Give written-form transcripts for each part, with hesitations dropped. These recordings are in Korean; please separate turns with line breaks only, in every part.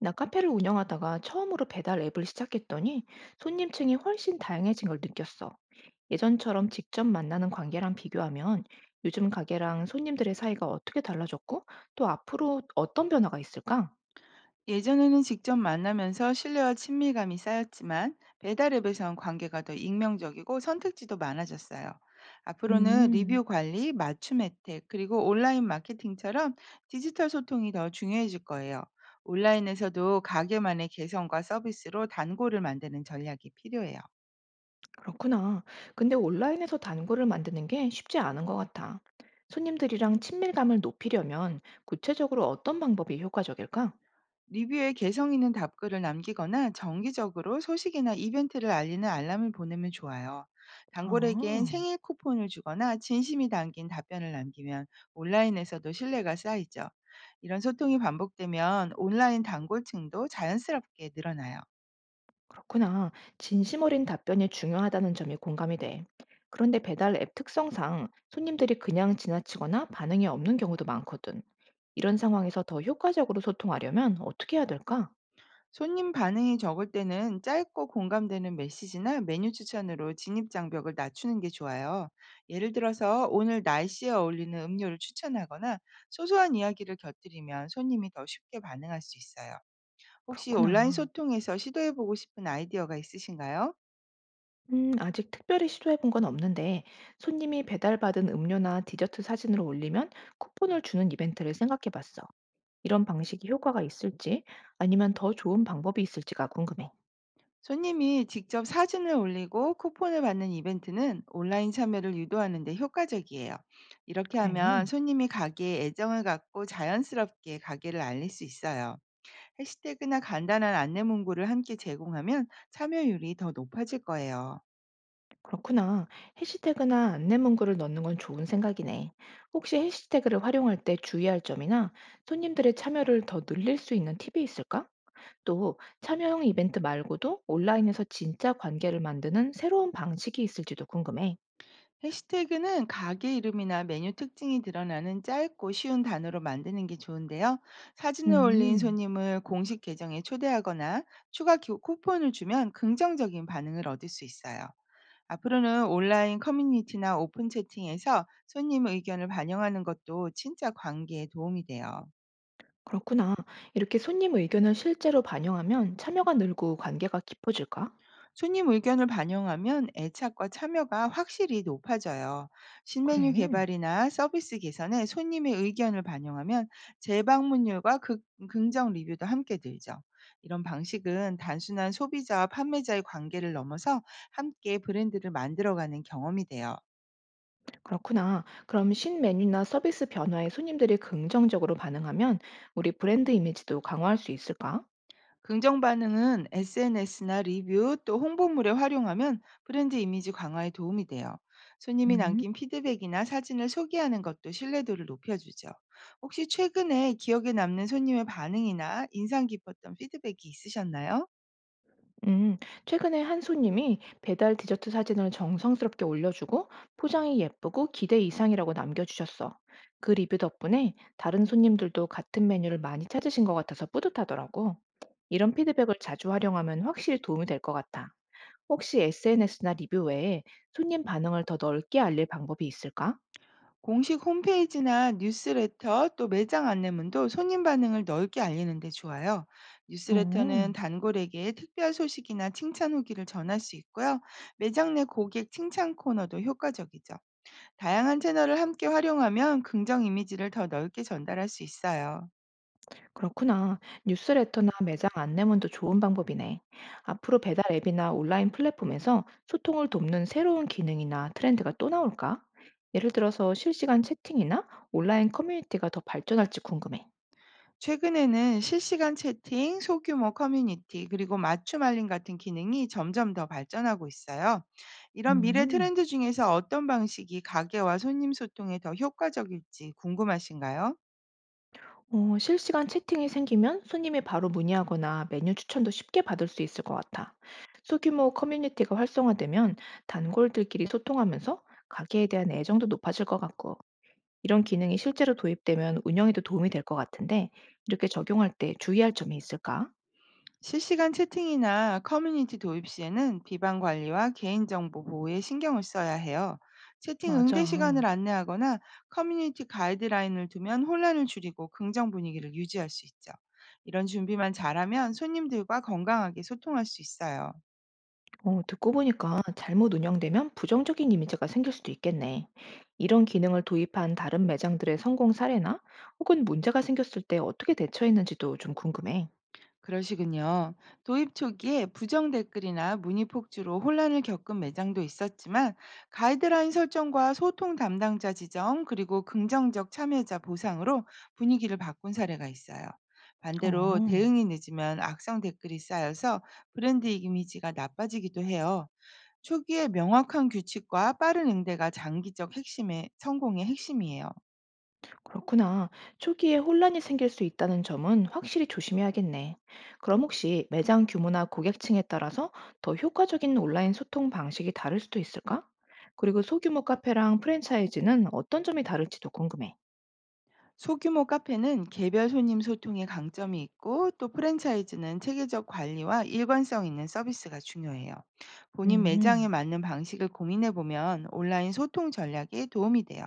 나 카페를 운영하다가 처음으로 배달 앱을 시작했더니 손님층이 훨씬 다양해진 걸 느꼈어. 예전처럼 직접 만나는 관계랑 비교하면 요즘 가게랑 손님들의 사이가 어떻게 달라졌고 또 앞으로 어떤 변화가 있을까?
예전에는 직접 만나면서 신뢰와 친밀감이 쌓였지만 배달앱에선 관계가 더 익명적이고 선택지도 많아졌어요. 앞으로는
음,
리뷰 관리, 맞춤 혜택, 그리고 온라인 마케팅처럼 디지털 소통이 더 중요해질 거예요. 온라인에서도 가게만의 개성과 서비스로 단골을 만드는 전략이 필요해요.
그렇구나. 근데 온라인에서 단골을 만드는 게 쉽지 않은 것 같아. 손님들이랑 친밀감을 높이려면 구체적으로 어떤 방법이 효과적일까?
리뷰에 개성 있는 답글을 남기거나 정기적으로 소식이나 이벤트를 알리는 알람을 보내면 좋아요. 단골에겐
아.
생일 쿠폰을 주거나 진심이 담긴 답변을 남기면 온라인에서도 신뢰가 쌓이죠. 이런 소통이 반복되면 온라인 단골층도 자연스럽게 늘어나요.
그렇구나. 진심 어린 답변이 중요하다는 점이 공감이 돼. 그런데 배달 앱 특성상 손님들이 그냥 지나치거나 반응이 없는 경우도 많거든. 이런 상황에서 더 효과적으로 소통하려면 어떻게 해야 될까?
손님 반응이 적을 때는 짧고 공감되는 메시지나 메뉴 추천으로 진입 장벽을 낮추는 게 좋아요. 예를 들어서 오늘 날씨에 어울리는 음료를 추천하거나 소소한 이야기를 곁들이면 손님이 더 쉽게 반응할 수 있어요. 혹시 온라인
그렇구나.
소통에서 시도해보고 싶은 아이디어가 있으신가요?
아직 특별히 시도해 본 건 없는데 손님이 배달받은 음료나 디저트 사진으로 올리면 쿠폰을 주는 이벤트를 생각해 봤어. 이런 방식이 효과가 있을지 아니면 더 좋은 방법이 있을지가 궁금해.
손님이 직접 사진을 올리고 쿠폰을 받는 이벤트는 온라인 참여를 유도하는 데 효과적이에요. 이렇게
그래.
하면 손님이 가게에 애정을 갖고 자연스럽게 가게를 알릴 수 있어요. 해시태그나 간단한 안내 문구를 함께 제공하면 참여율이 더 높아질 거예요.
그렇구나. 해시태그나 안내문구를 넣는 건 좋은 생각이네. 혹시 해시태그를 활용할 때 주의할 점이나 손님들의 참여를 더 늘릴 수 있는 팁이 있을까? 또 참여형 이벤트 말고도 온라인에서 진짜 관계를 만드는 새로운 방식이 있을지도 궁금해.
해시태그는 가게 이름이나 메뉴 특징이 드러나는 짧고 쉬운 단어로 만드는 게 좋은데요. 사진을 올린
음,
손님을 공식 계정에 초대하거나 쿠폰을 주면 긍정적인 반응을 얻을 수 있어요. 앞으로는 온라인 커뮤니티나 오픈 채팅에서 손님 의견을 반영하는 것도 진짜 관계에 도움이 돼요.
그렇구나. 이렇게 손님 의견을 실제로 반영하면 참여가 늘고 관계가 깊어질까?
손님 의견을 반영하면 애착과 참여가 확실히 높아져요.
그래.
신메뉴 개발이나 서비스 개선에 손님의 의견을 반영하면 재방문율과 긍정 리뷰도 함께 들죠. 이런 방식은 단순한 소비자와 판매자의 관계를 넘어서 함께 브랜드를 만들어가는 경험이 돼요.
그렇구나. 그럼 신메뉴나 서비스 변화에 손님들이 긍정적으로 반응하면 우리 브랜드 이미지도 강화할 수 있을까?
긍정 반응은 SNS나 리뷰 또 홍보물에 활용하면 브랜드 이미지 강화에 도움이 돼요. 손님이
음,
남긴 피드백이나 사진을 소개하는 것도 신뢰도를 높여주죠. 혹시 최근에 기억에 남는 손님의 반응이나 인상 깊었던 피드백이 있으셨나요?
음, 최근에 한 손님이 배달 디저트 사진을 정성스럽게 올려주고 포장이 예쁘고 기대 이상이라고 남겨주셨어. 그 리뷰 덕분에 다른 손님들도 같은 메뉴를 많이 찾으신 것 같아서 뿌듯하더라고. 이런 피드백을 자주 활용하면 확실히 도움이 될 것 같아. 혹시 SNS나 리뷰 외에 손님 반응을 더 넓게 알릴 방법이 있을까?
공식 홈페이지나 뉴스레터 또 매장 안내문도 손님 반응을 넓게 알리는데 좋아요.
어.
뉴스레터는 단골에게 특별 소식이나 칭찬 후기를 전할 수 있고요. 매장 내 고객 칭찬 코너도 효과적이죠. 다양한 채널을 함께 활용하면 긍정 이미지를 더 넓게 전달할 수 있어요.
그렇구나. 뉴스레터나 매장 안내문도 좋은 방법이네. 앞으로 배달 앱이나 온라인 플랫폼에서 소통을 돕는 새로운 기능이나 트렌드가 또 나올까? 예를 들어서 실시간 채팅이나 온라인 커뮤니티가 더 발전할지 궁금해.
최근에는 실시간 채팅, 소규모 커뮤니티, 그리고 맞춤 알림 같은 기능이 점점 더 발전하고 있어요. 이런 미래
음,
트렌드 중에서 어떤 방식이 가게와 손님 소통에 더 효과적일지 궁금하신가요?
어, 실시간 채팅이 생기면 손님이 바로 문의하거나 메뉴 추천도 쉽게 받을 수 있을 것 같아. 소규모 커뮤니티가 활성화되면 단골들끼리 소통하면서 가게에 대한 애정도 높아질 것 같고. 이런 기능이 실제로 도입되면 운영에도 도움이 될 것 같은데 이렇게 적용할 때 주의할 점이 있을까?
실시간 채팅이나 커뮤니티 도입 시에는 비방 관리와 개인정보 보호에 신경을 써야 해요. 채팅 응대
맞아.
시간을 안내하거나 커뮤니티 가이드라인을 두면 혼란을 줄이고 긍정 분위기를 유지할 수 있죠. 이런 준비만 잘하면 손님들과 건강하게 소통할 수 있어요.
어, 듣고 보니까 잘못 운영되면 부정적인 이미지가 생길 수도 있겠네. 이런 기능을 도입한 다른 매장들의 성공 사례나 혹은 문제가 생겼을 때 어떻게 대처했는지도 좀 궁금해.
그러시군요. 도입 초기에 부정 댓글이나 문의 폭주로 혼란을 겪은 매장도 있었지만 가이드라인 설정과 소통 담당자 지정 그리고 긍정적 참여자 보상으로 분위기를 바꾼 사례가 있어요. 반대로
어.
대응이 늦으면 악성 댓글이 쌓여서 브랜드 이미지가 나빠지기도 해요. 초기에 명확한 규칙과 빠른 응대가 장기적 핵심의 성공의 핵심이에요.
그렇구나. 초기에 혼란이 생길 수 있다는 점은 확실히 조심해야겠네. 그럼 혹시 매장 규모나 고객층에 따라서 더 효과적인 온라인 소통 방식이 다를 수도 있을까? 그리고 소규모 카페랑 프랜차이즈는 어떤 점이 다를지도 궁금해.
소규모 카페는 개별 손님 소통의 강점이 있고 또 프랜차이즈는 체계적 관리와 일관성 있는 서비스가 중요해요. 본인
음,
매장에 맞는 방식을 고민해 보면 온라인 소통 전략에 도움이 돼요.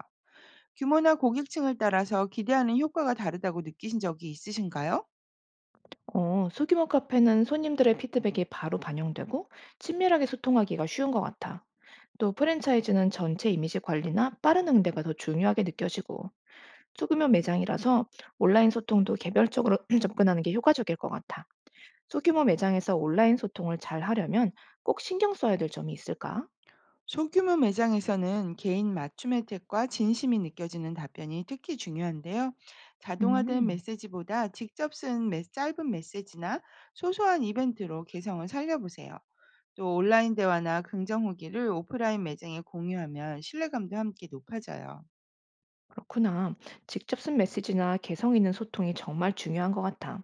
규모나 고객층을 따라서 기대하는 효과가 다르다고 느끼신 적이 있으신가요?
어, 소규모 카페는 손님들의 피드백이 바로 반영되고 친밀하게 소통하기가 쉬운 것 같아. 또 프랜차이즈는 전체 이미지 관리나 빠른 응대가 더 중요하게 느껴지고 소규모 매장이라서 온라인 소통도 개별적으로 접근하는 게 효과적일 것 같아. 소규모 매장에서 온라인 소통을 잘 하려면 꼭 신경 써야 될 점이 있을까?
소규모 매장에서는 개인 맞춤 혜택과 진심이 느껴지는 답변이 특히 중요한데요. 자동화된
음,
메시지보다 짧은 메시지나 소소한 이벤트로 개성을 살려보세요. 또 온라인 대화나 긍정 후기를 오프라인 매장에 공유하면 신뢰감도 함께 높아져요.
그렇구나. 직접 쓴 메시지나 개성 있는 소통이 정말 중요한 것 같아.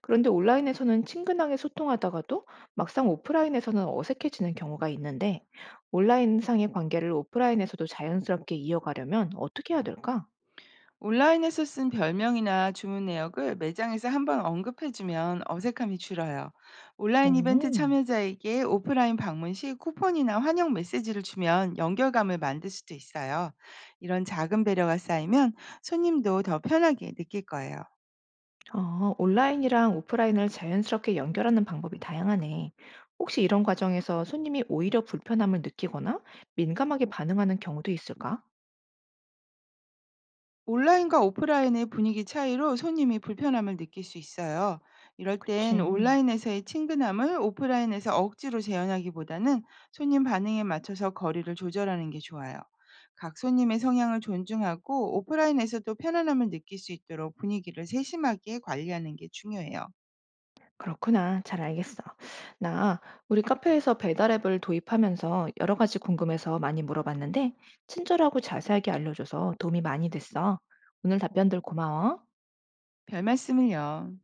그런데 온라인에서는 친근하게 소통하다가도 막상 오프라인에서는 어색해지는 경우가 있는데 온라인상의 관계를 오프라인에서도 자연스럽게 이어가려면 어떻게 해야 될까?
온라인에서 쓴 별명이나 주문 내역을 매장에서 한번 언급해주면 어색함이 줄어요. 온라인 이벤트
오.
참여자에게 오프라인 방문 시 쿠폰이나 환영 메시지를 주면 연결감을 만들 수도 있어요. 이런 작은 배려가 쌓이면 손님도 더 편하게 느낄 거예요.
어, 온라인이랑 오프라인을 자연스럽게 연결하는 방법이 다양하네. 혹시 이런 과정에서 손님이 오히려 불편함을 느끼거나 민감하게 반응하는 경우도 있을까?
온라인과 오프라인의 분위기 차이로 손님이 불편함을 느낄 수 있어요. 이럴 땐
그치.
온라인에서의 친근함을 오프라인에서 억지로 재현하기보다는 손님 반응에 맞춰서 거리를 조절하는 게 좋아요. 각 손님의 성향을 존중하고 오프라인에서도 편안함을 느낄 수 있도록 분위기를 세심하게 관리하는 게 중요해요.
그렇구나. 잘 알겠어. 나 우리 카페에서 배달 앱을 도입하면서 여러 가지 궁금해서 많이 물어봤는데, 친절하고 자세하게 알려줘서 도움이 많이 됐어. 오늘 답변들 고마워.
별 말씀을요.